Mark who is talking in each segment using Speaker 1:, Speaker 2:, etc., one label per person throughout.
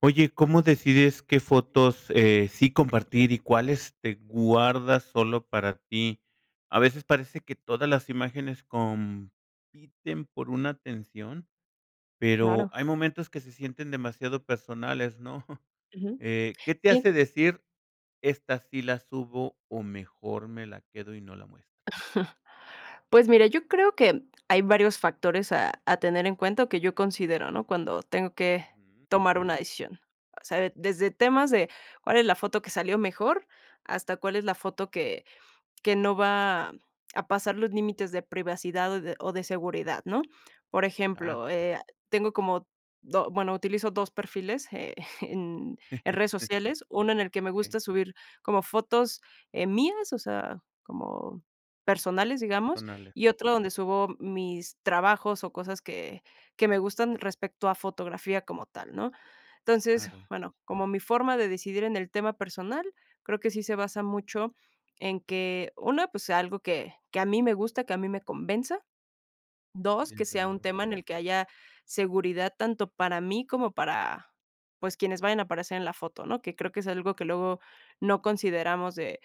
Speaker 1: Oye, ¿cómo decides qué fotos, sí compartir y cuáles te guardas solo para ti? A veces parece que todas las imágenes compiten por una atención, pero
Speaker 2: Claro,
Speaker 1: hay momentos que se sienten demasiado personales, ¿no?
Speaker 2: ujú.
Speaker 1: ¿qué te
Speaker 2: Sí,
Speaker 1: hace decir, esta sí la subo o mejor me la quedo y no la muestro?
Speaker 2: pues mira, yo creo que hay varios factores a tener en cuenta o que yo considero, ¿no?, cuando tengo que
Speaker 1: Ujú.
Speaker 2: tomar una decisión. O sea, desde temas de cuál es la foto que salió mejor, hasta cuál es la foto que no va a pasar los límites de privacidad o de seguridad, ¿no? Por
Speaker 1: Ah,
Speaker 2: ejemplo, tengo como utilizo 2 perfiles, en en redes sociales, uno en el que me
Speaker 1: okey,
Speaker 2: gusta subir como fotos, mías, o sea, como personales, digamos,
Speaker 1: personales,
Speaker 2: y otro donde subo mis trabajos o cosas que me gustan respecto a fotografía como tal, ¿no? Entonces,
Speaker 1: claro.
Speaker 2: bueno, como mi forma de decidir en el tema personal, creo que sí se basa mucho en que, una, pues, sea algo que a mí me gusta, que a mí me convenza.
Speaker 1: Sí,
Speaker 2: Dos, que
Speaker 1: desde
Speaker 2: sea un
Speaker 1: luego.
Speaker 2: tema en el que haya seguridad tanto para mí como para, pues, quienes vayan a aparecer en la foto, ¿no? Que creo que es algo que luego no consideramos de,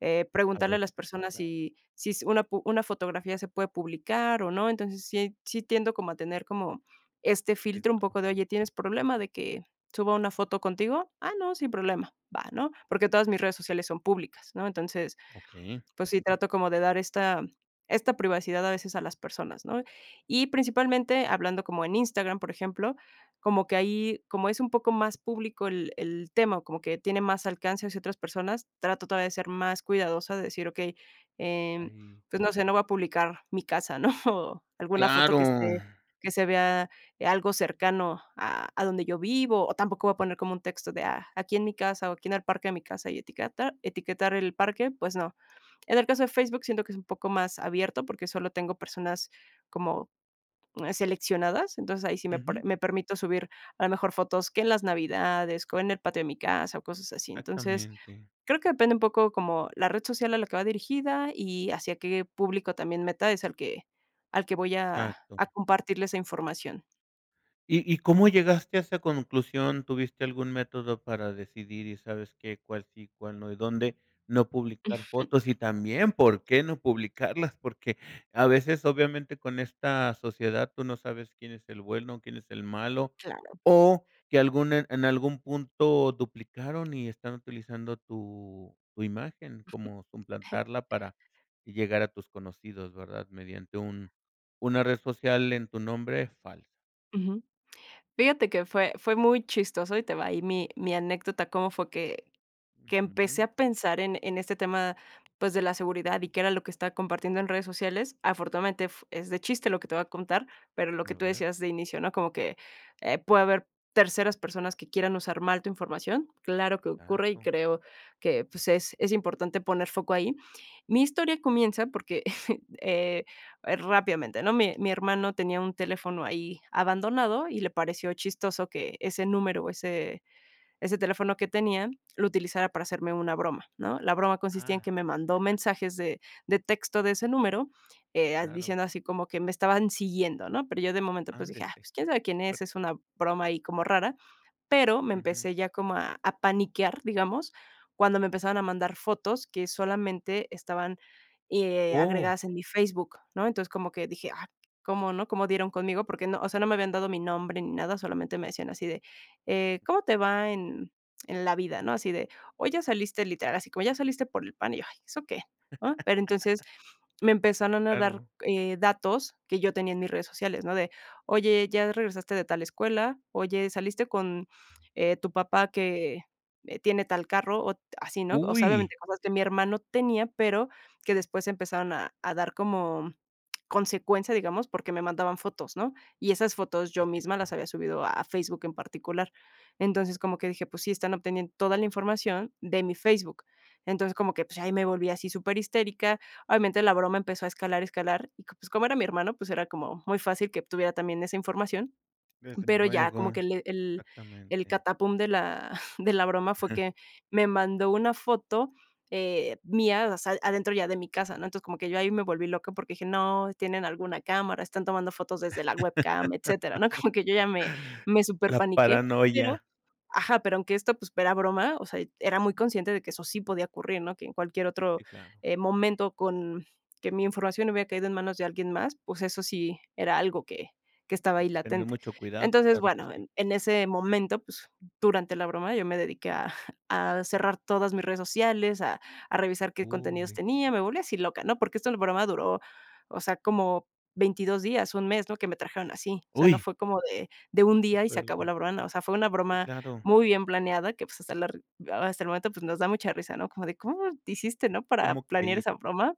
Speaker 1: A
Speaker 2: preguntarle a las
Speaker 1: veces.
Speaker 2: personas si si s una pu una fotografía se puede publicar o no. Entonces, sí tiendo como a tener como este filtro un
Speaker 1: Claro,
Speaker 2: poco de: "Oye, ¿tienes problema de que suba una foto contigo?". "Ah, no, sin problema". Va, ¿no? Porque todas mis redes sociales son públicas, ¿no? Entonces,
Speaker 1: okey.
Speaker 2: pues sí, trato como de dar esta privacidad a veces a las personas, ¿no? Y principalmente hablando como en Instagram, por ejemplo, como que ahí, como es un poco más público el tema, como que tiene más alcance hacia otras personas, trato todavía de ser más cuidadosa, de decir: "Okey, em,
Speaker 1: Ahí.
Speaker 2: pues no sé, no voy a publicar mi casa", ¿no? O alguna foto
Speaker 1: Claro.
Speaker 2: que esté, que se vea algo cercano a donde yo vivo, o tampoco voy a poner como un texto de: "Ah, aquí en mi casa o aquí en el parque de mi casa", y etiquetar el parque, pues no. En el caso de Facebook siento que es un poco más abierto porque solo tengo personas como seleccionadas, entonces ahí sí me,
Speaker 1: Ujú.
Speaker 2: me permito subir a lo mejor fotos que en las navidades, o en el patio de mi casa o cosas así. Entonces
Speaker 1: Exactamente,
Speaker 2: creo que depende un poco como la red social a la que va dirigida y hacia qué público también meta es al que voy
Speaker 1: exacto.
Speaker 2: a compartirle esa información.
Speaker 1: ¿Y cómo llegaste a esa conclusión? ¿Tuviste algún método para decidir y sabes qué, cuál sí, cuál no, y dónde no publicar fotos? Y también, ¿por qué no publicarlas? Porque a veces, obviamente, con esta sociedad tú no sabes quién es el bueno, quién es el malo,
Speaker 2: Claro.
Speaker 1: o que algún en algún punto duplicaron y están utilizando tu imagen, como suplantarla para llegar a tus conocidos, ¿verdad? Mediante un una red social en tu nombre falsa.
Speaker 2: Ujú. Fíjate que fue muy chistoso y te va ahí mi anécdota, cómo fue que empecé
Speaker 1: Ujú,
Speaker 2: a pensar en este tema, pues, de la seguridad y qué era lo que estaba compartiendo en redes sociales. Afortunadamente, f es de chiste lo que te voy a contar, pero lo que
Speaker 1: a
Speaker 2: tú
Speaker 1: ver,
Speaker 2: decías de inicio, ¿no? Como que, puede haber terceras personas que quieran usar mal tu información. Claro que ocurre y
Speaker 1: exacto.
Speaker 2: creo que, pues, es importante poner foco ahí. Mi historia comienza porque, eh, rápidamente, ¿no? Mi hermano tenía un teléfono ahí abandonado y le pareció chistoso que ese número, ese ese teléfono que tenía lo utilizara para hacerme una broma, ¿no? La broma consistía en
Speaker 1: Ah,
Speaker 2: que me mandó mensajes de texto de ese número,
Speaker 1: claro,
Speaker 2: diciendo así como que me estaban siguiendo, ¿no? Pero yo de momento, pues, dije: "Ah,
Speaker 1: ándese.
Speaker 2: pues, quién sabe quién
Speaker 1: Fuer
Speaker 2: es una broma ahí como rara", pero me
Speaker 1: ujú.
Speaker 2: empecé ya como a paniquear, digamos, cuando me empezaban a mandar fotos que solamente estaban,
Speaker 1: Oh,
Speaker 2: agregadas en mi Facebook, ¿no? Entonces, como que dije: "Ah, ¿cómo, no? ¿Cómo dieron conmigo?". Porque no, o sea, no me habían dado mi nombre ni nada, solamente me decían así de: ¿Cómo te va en la vida?", ¿no? Así de: "Hoy ya saliste", literal, así como: "Ya saliste por el pan", y yo: "Ay, ¿eso qué?", ¿no? Pero entonces me empezaron a dar,
Speaker 1: claro.
Speaker 2: datos que yo tenía en mis redes sociales, ¿no? De, oye, ya regresaste de tal escuela, oye, saliste con, tu papá que, tiene tal carro, o así, ¿no? O sea,
Speaker 1: Uy.
Speaker 2: obviamente cosas que mi hermano tenía, pero que después empezaron a dar como consecuencia, digamos, porque me mandaban fotos, ¿no? Y esas fotos yo
Speaker 1: Sí, sí,
Speaker 2: misma las
Speaker 1: claro.
Speaker 2: había subido a Facebook en particular. Entonces, como que dije, pues sí, están obteniendo toda la información de mi Facebook. Entonces, como que, pues, ahí me volví así súper histérica. Obviamente, la broma empezó a escalar, escalar, y pues, como era mi hermano, pues, era como muy fácil que tuviera también esa información,
Speaker 1: Desde
Speaker 2: pero ya como
Speaker 1: luego,
Speaker 2: que el
Speaker 1: exactamente.
Speaker 2: catapum de la de la broma fue que me mandó una foto, mía, o sea, adentro ya de mi casa, ¿no? Entonces, como que yo ahí me volví loca porque dije: "No, tienen alguna cámara, están tomando fotos desde la webcam", etcétera, ¿no? Como que yo ya me
Speaker 1: La
Speaker 2: superpaniqué, pero,
Speaker 1: paranoia.
Speaker 2: ajá, pero aunque esto, pues, era broma, o sea, era muy consciente de que eso sí podía ocurrir, ¿no? Que en cualquier otro,
Speaker 1: Sí, claro.
Speaker 2: momento con que mi información hubiera caído en manos de alguien más, pues, eso sí era algo que estaba
Speaker 1: Hay
Speaker 2: ahí
Speaker 1: que tener
Speaker 2: latente.
Speaker 1: mucho cuidado,
Speaker 2: Entonces,
Speaker 1: claro que
Speaker 2: bueno,
Speaker 1: sí.
Speaker 2: en ese momento, pues, durante la broma, yo me dediqué a cerrar todas mis redes sociales, a revisar qué contenidos
Speaker 1: Uy.
Speaker 2: tenía, me volví así loca, ¿no? Porque esta broma duró, o sea, como 22 días, un mes, ¿no? Que me trajeron así, o sea, no
Speaker 1: Uy,
Speaker 2: fue como de un
Speaker 1: qué
Speaker 2: día y se acabó
Speaker 1: cuerno.
Speaker 2: la broma, o sea, fue una
Speaker 1: Sí,
Speaker 2: broma
Speaker 1: claro.
Speaker 2: muy bien planeada, que, pues, hasta la r hasta el momento, pues, nos da mucha risa, ¿no? Como de, ¿cómo te hiciste, no? Para
Speaker 1: ¿Cómo
Speaker 2: planear esa
Speaker 1: caíste?
Speaker 2: broma.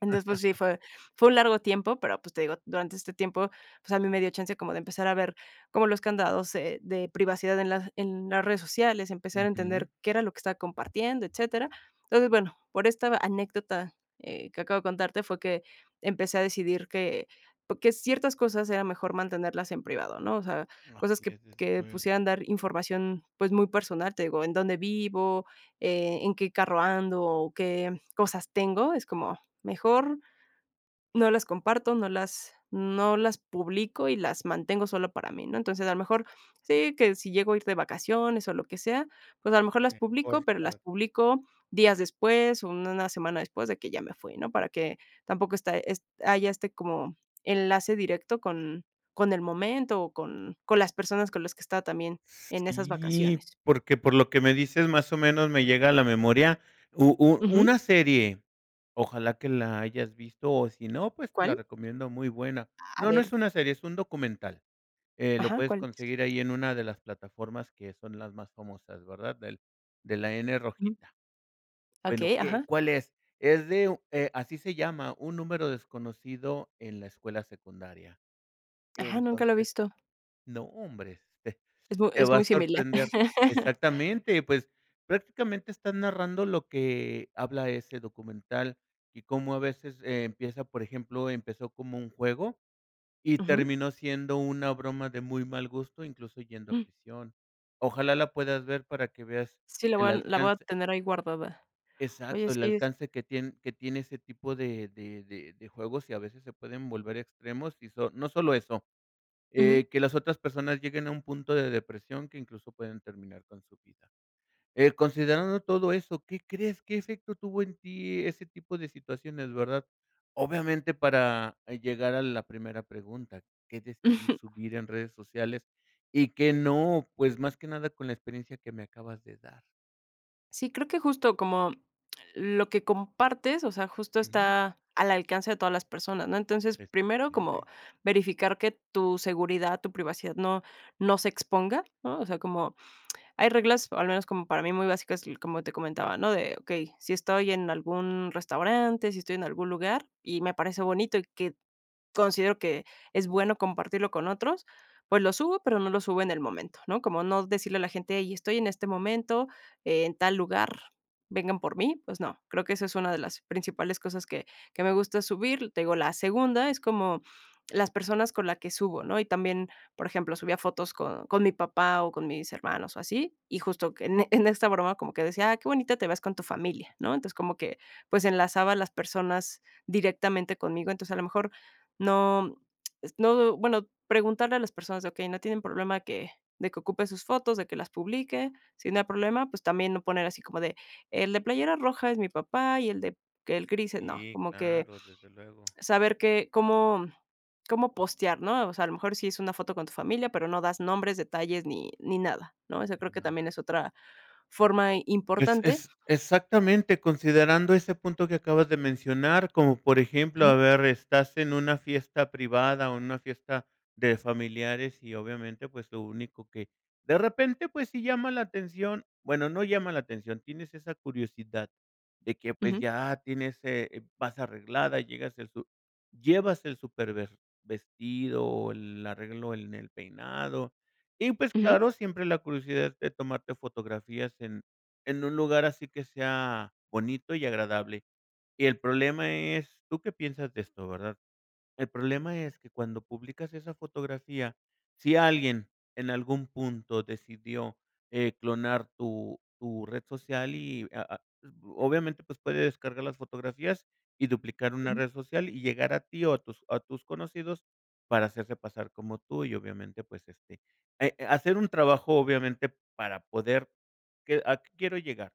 Speaker 2: Entonces, pues sí, fue un largo tiempo, pero, pues, te digo, durante este tiempo, pues, a mí me dio chance como de empezar a ver como los candados, de privacidad en las redes sociales, empezar a entender
Speaker 1: Ujú.
Speaker 2: qué era lo que estaba compartiendo, etcétera. Entonces, bueno, por esta anécdota, que acabo de contarte fue que empecé a decidir que, pues, que ciertas cosas era mejor mantenerlas en privado, ¿no? O sea, cosas
Speaker 1: Así
Speaker 2: que
Speaker 1: es, desde
Speaker 2: que
Speaker 1: luego.
Speaker 2: pusieran dar información, pues, muy personal, te digo, en dónde vivo, en qué carro ando o qué cosas tengo, es como mejor no las comparto, no las publico y las mantengo solo para mí, ¿no? Entonces, a lo mejor sí, que si llego a ir de vacaciones o lo que sea, pues, a lo mejor las publico,
Speaker 1: Mejor
Speaker 2: pero las
Speaker 1: para
Speaker 2: publico días después, una semana después de que ya me fui, ¿no? Para que tampoco está es haya este como enlace directo con el momento o con las personas con las que estaba también en esas
Speaker 1: sí,
Speaker 2: vacaciones.
Speaker 1: porque por lo que me dices, más o menos me llega a la memoria u u
Speaker 2: Ujú.
Speaker 1: una serie, ojalá que la hayas visto, o si no, pues, te la
Speaker 2: ¿Cuál?
Speaker 1: recomiendo, muy buena.
Speaker 2: A
Speaker 1: No, no
Speaker 2: ver.
Speaker 1: es una serie, es un documental, lo
Speaker 2: Ajá,
Speaker 1: puedes
Speaker 2: ¿cuál es?
Speaker 1: conseguir ahí en una de las plataformas que son las más famosas, ¿verdad? Del de la N
Speaker 2: Ujú.
Speaker 1: rojita. Bueno,
Speaker 2: Okey,
Speaker 1: ¿qué
Speaker 2: ajá.
Speaker 1: cuál es? Es de, así se llama, Un número desconocido en la escuela secundaria.
Speaker 2: Ajá, nunca lo he
Speaker 1: Entonces,
Speaker 2: visto.
Speaker 1: no, hombres.
Speaker 2: Es mu
Speaker 1: Te
Speaker 2: es
Speaker 1: va a
Speaker 2: muy similar.
Speaker 1: sorprender. Exactamente, pues, prácticamente estás narrando lo que habla ese documental y cómo a veces, empieza, por ejemplo, empezó como un juego y
Speaker 2: Ujú.
Speaker 1: terminó siendo una broma de muy mal gusto, incluso yendo a
Speaker 2: Mm.
Speaker 1: prisión. Ojalá la puedas ver para que veas
Speaker 2: Sí,
Speaker 1: el
Speaker 2: la voy a
Speaker 1: alcance
Speaker 2: tener ahí guardada. Oye,
Speaker 1: exacto, el
Speaker 2: sí,
Speaker 1: alcance que tiene ese tipo de juegos y a veces se pueden volver extremos y no solo eso,
Speaker 2: ujú.
Speaker 1: que las otras personas lleguen a un punto de depresión que incluso pueden terminar con su vida. Considerando todo eso, ¿qué crees? ¿Qué efecto tuvo en ti ese tipo de situaciones, verdad? Obviamente para llegar a la primera pregunta, ¿qué decidí subir en redes sociales y qué no? Pues más que nada con la experiencia que me acabas de dar.
Speaker 2: Sí, creo que justo como lo que compartes, o sea, justo
Speaker 1: Ujú.
Speaker 2: está al alcance de todas las personas, ¿no? Entonces, primero, como
Speaker 1: Exactamente.
Speaker 2: verificar que tu seguridad, tu privacidad no se exponga, ¿no? O sea, como hay reglas, al menos como para mí muy básicas, como te comentaba, ¿no? De okey, si estoy en algún restaurante, si estoy en algún lugar y me parece bonito y que considero que es bueno compartirlo con otros, pues lo subo, pero no lo subo en el momento, ¿no? Como no decirle a la gente: "Hey, estoy en este momento, en tal lugar, vengan por mí", pues no, creo que esa es una de las principales cosas que me gusta subir. Te digo, la segunda es como las personas con la que subo, ¿no? Y también, por ejemplo, subía fotos con mi papá o con mis hermanos o así, y justo que en en esta broma como que decía: "Ah, qué bonita te ves con tu familia", ¿no? Entonces, como que, pues, enlazaba a las personas directamente conmigo. Entonces, a lo mejor no, no, bueno, preguntarle a las personas de, okey, no tienen problema que de que ocupe sus fotos, de que las publique, si no hay problema, pues, también no poner así como de: "El de playera roja es mi papá y el de que el gris es", no,
Speaker 1: Sí,
Speaker 2: como que
Speaker 1: claro, desde luego.
Speaker 2: saber que cómo postear, ¿no? O sea, a lo mejor sí es una foto con tu familia, pero no das nombres, detalles ni nada, ¿no? Eso creo que también es otra forma
Speaker 1: Pues,
Speaker 2: importante.
Speaker 1: es exactamente, considerando ese punto que acabas de mencionar, como por ejemplo,
Speaker 2: Ujú,
Speaker 1: a ver, estás en una fiesta privada o en una fiesta de familiares y obviamente, pues, lo único que de repente, pues, sí llama la atención, bueno, no llama la atención, tienes esa curiosidad de que, pues,
Speaker 2: ujú,
Speaker 1: ya tienes, vas arreglada, llegas el su llevas el supervestido o el arreglo en el peinado y, pues,
Speaker 2: ujú,
Speaker 1: claro, siempre la curiosidad de tomarte fotografías en un lugar así que sea bonito y agradable. Y el problema es, ¿tú qué piensas de esto, verdad? El problema es que cuando publicas esa fotografía, si alguien en algún punto decidió, clonar tu red social y a obviamente, pues, puede descargar las fotografías y duplicar una
Speaker 2: ujú,
Speaker 1: red social y llegar a ti o a tus conocidos para hacerse pasar como tú y obviamente, pues, este, hacer un trabajo, obviamente, para poder que ¿a qué quiero llegar?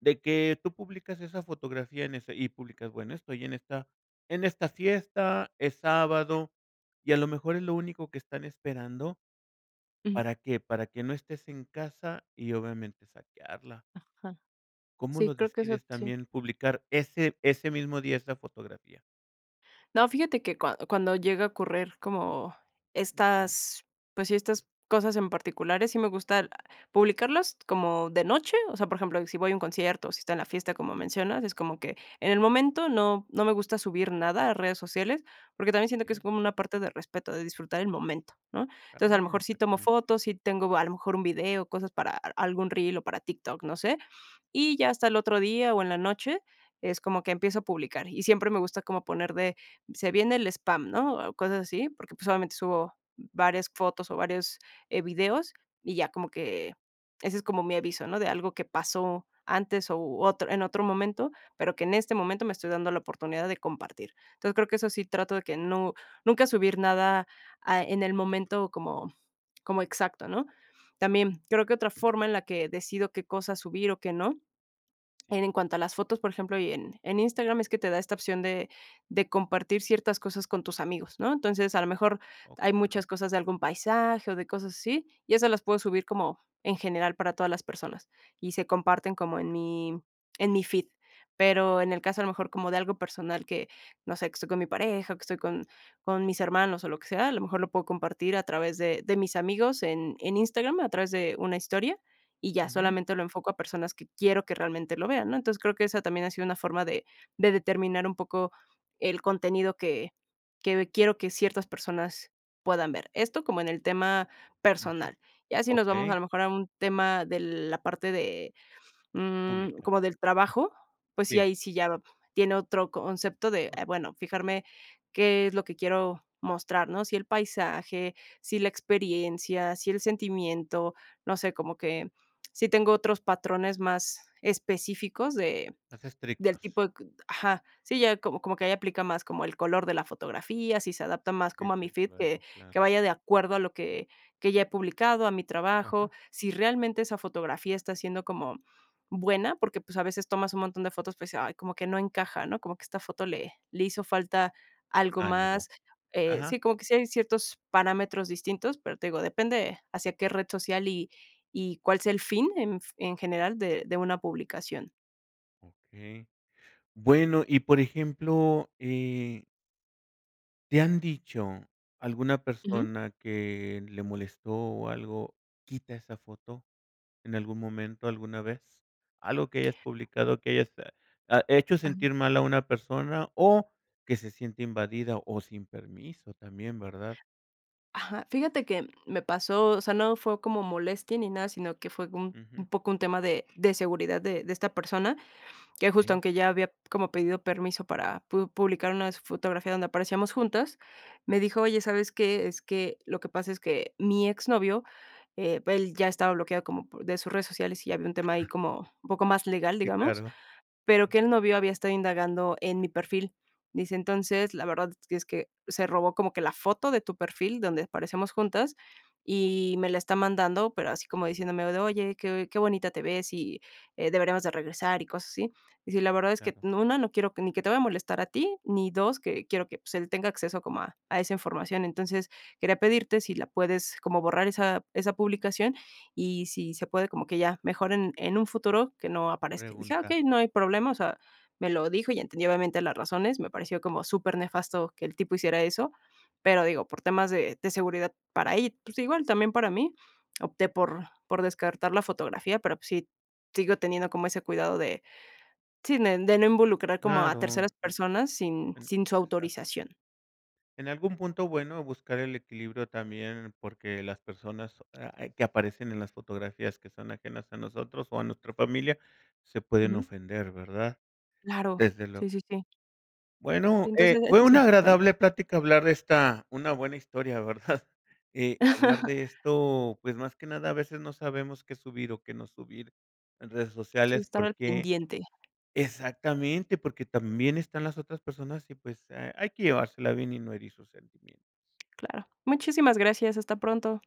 Speaker 1: De que tú publicas esa fotografía en ese y publicas, bueno, estoy en esta fiesta, es sábado, y a lo mejor es lo único que están esperando,
Speaker 2: ujú.
Speaker 1: ¿para qué? Para que no estés en casa y obviamente saquearla.
Speaker 2: Ajá.
Speaker 1: ¿Cómo
Speaker 2: Sí,
Speaker 1: lo
Speaker 2: creo que eso
Speaker 1: decides
Speaker 2: sí.
Speaker 1: también publicar ese mismo día esa fotografía?
Speaker 2: No, fíjate que cuando llega a ocurrir como
Speaker 1: Ujú,
Speaker 2: estas, pues sí, estas cosas en particulares, sí me gusta publicarlas como de noche, o sea, por ejemplo, si voy a un concierto, o si está en la fiesta, como mencionas, es como que en el momento no me gusta subir nada a redes sociales, porque también
Speaker 1: muy
Speaker 2: siento que es
Speaker 1: bien,
Speaker 2: como una parte de respeto, de disfrutar el momento, ¿no? Entonces, a lo
Speaker 1: también,
Speaker 2: mejor sí tomo
Speaker 1: exactamente,
Speaker 2: fotos, sí tengo a lo mejor un video, cosas para algún reel o para TikTok, no sé, y ya hasta el otro día o en la noche es como que empiezo a publicar, y siempre me gusta como poner de se viene el spam, ¿no? O cosas así, porque, pues, obviamente subo varias fotos o varios, videos y ya como que ese es como mi aviso, ¿no? De algo que pasó antes o otro en otro momento, pero que en este momento me estoy dando la oportunidad de compartir. Entonces, creo que eso sí trato de que no nunca subir nada, en el momento como como exacto, ¿no? También creo que otra forma en la que decido qué cosas subir o qué no
Speaker 1: sí.
Speaker 2: en cuanto a las fotos, por ejemplo, y en Instagram es que te da esta opción de compartir ciertas cosas con tus amigos, ¿no? Entonces, a lo mejor
Speaker 1: Oh,
Speaker 2: hay muchas
Speaker 1: claro.
Speaker 2: cosas de algún paisaje o de cosas así, y esas las puedo subir como en general para todas las personas, y se comparten como en mi feed. Pero en el caso, a lo mejor, como de algo personal que, no sé, que estoy con mi pareja, que estoy con mis hermanos o lo que sea, a lo mejor lo puedo compartir a través de mis amigos en Instagram, a través de una historia y ya,
Speaker 1: Ujú,
Speaker 2: solamente lo enfoco a personas que quiero que realmente lo vean, ¿no? Entonces, creo que esa también ha sido una forma de determinar un poco el contenido que quiero que ciertas personas puedan ver. Esto como en el tema
Speaker 1: ujú,
Speaker 2: personal. Ya si nos vamos a
Speaker 1: okey,
Speaker 2: lo mejor a un tema de la parte de
Speaker 1: pública,
Speaker 2: como del trabajo, pues sí,
Speaker 1: sí,
Speaker 2: ahí sí ya tiene otro concepto de,
Speaker 1: o
Speaker 2: bueno, fijarme qué es lo que quiero mostrar, ¿no? Si el paisaje, si la experiencia, si el sentimiento, no sé, como que sí tengo otros patrones más específicos de
Speaker 1: más
Speaker 2: del tipo
Speaker 1: estrictos.
Speaker 2: de c ajá, sí, ya como que ahí aplica más como el color de la fotografía, si se adapta más
Speaker 1: Sí,
Speaker 2: como a mi
Speaker 1: desde
Speaker 2: feed, que
Speaker 1: luego, claro.
Speaker 2: vaya de acuerdo a lo que ya he publicado, a mi trabajo,
Speaker 1: Ajá,
Speaker 2: si realmente esa fotografía está siendo como buena, porque, pues, a veces tomas un montón de fotos, pues, ay, como que no encaja, ¿no? Como que esta foto le hizo falta algo más,
Speaker 1: algo.
Speaker 2: sí,
Speaker 1: Ajá,
Speaker 2: como que sí hay ciertos parámetros distintos, pero te digo, depende hacia qué red social y cuál sea el fin en general de una publicación.
Speaker 1: Ok Bueno, y por ejemplo, ¿Te han dicho alguna persona que le molestó o algo, quita esa foto en algún momento, alguna vez? Algo que hayas publicado, que hayas, hecho sentir mal a una persona o que se siente invadida o sin permiso también, ¿verdad?
Speaker 2: Ajá, fíjate que me pasó, o sea, no fue como molestia ni nada, sino que fue un
Speaker 1: Ujú.
Speaker 2: poco un tema de seguridad de esta persona, que justo
Speaker 1: Okey.
Speaker 2: aunque ya había como pedido permiso para pu publicar una fotografía donde aparecíamos juntas, me dijo: "Oye, ¿sabes qué? Es que lo que pasa es que mi exnovio, él ya estaba bloqueado como por de sus redes sociales y ya había un tema ahí como un poco más legal,
Speaker 1: Sí,
Speaker 2: digamos,
Speaker 1: claro,
Speaker 2: pero que el novio había estado indagando en mi perfil. Dice: "Entonces, la verdad es que se robó como que la foto de tu perfil donde aparecemos juntas y me la está mandando, pero así como diciéndome de: "Oye, qué bonita te ves y, deberíamos de regresar", y cosas así. Dice: "La verdad es que,
Speaker 1: claro.
Speaker 2: una no quiero que- ni que te vaya a molestar a ti, ni 2 que quiero que, pues, él tenga acceso como a esa información. Entonces, quería pedirte si la puedes como borrar esa publicación y si se puede, como que ya mejor en un futuro que no aparezca. Y dije: "Ah,
Speaker 1: Preguntar.
Speaker 2: okey, no hay problema", o sea, me lo dijo y entendí obviamente las razones. Me pareció como súper nefasto que el tipo hiciera eso, pero digo, por temas de seguridad para ella, pues igual también para mí, opté por descartar la fotografía, pero pues sí, sigo teniendo como ese cuidado de sí, de no involucrar como a
Speaker 1: Claro.
Speaker 2: terceras personas sin
Speaker 1: Eh,
Speaker 2: sin su autorización.
Speaker 1: En algún punto, bueno, buscar el equilibrio también, porque las personas que aparecen en las fotografías que son ajenas a nosotros o a nuestra familia se pueden
Speaker 2: Ujú.
Speaker 1: ofender, ¿verdad?
Speaker 2: Claro,
Speaker 1: Desde
Speaker 2: sí,
Speaker 1: luego.
Speaker 2: sí, sí.
Speaker 1: Bueno,
Speaker 2: Entonces,
Speaker 1: fue
Speaker 2: eso es
Speaker 1: una
Speaker 2: importante.
Speaker 1: agradable plática hablar de esta, una buena historia, ¿verdad? Hablar de esto, pues más que nada a veces no sabemos qué subir o qué no subir en redes
Speaker 2: Sí,
Speaker 1: sociales,
Speaker 2: estar al
Speaker 1: porque
Speaker 2: pendiente.
Speaker 1: exactamente, porque también están las otras personas y pues hay que llevársela bien y no herir sus sentimientos.
Speaker 2: Claro. Muchísimas gracias. Hasta pronto.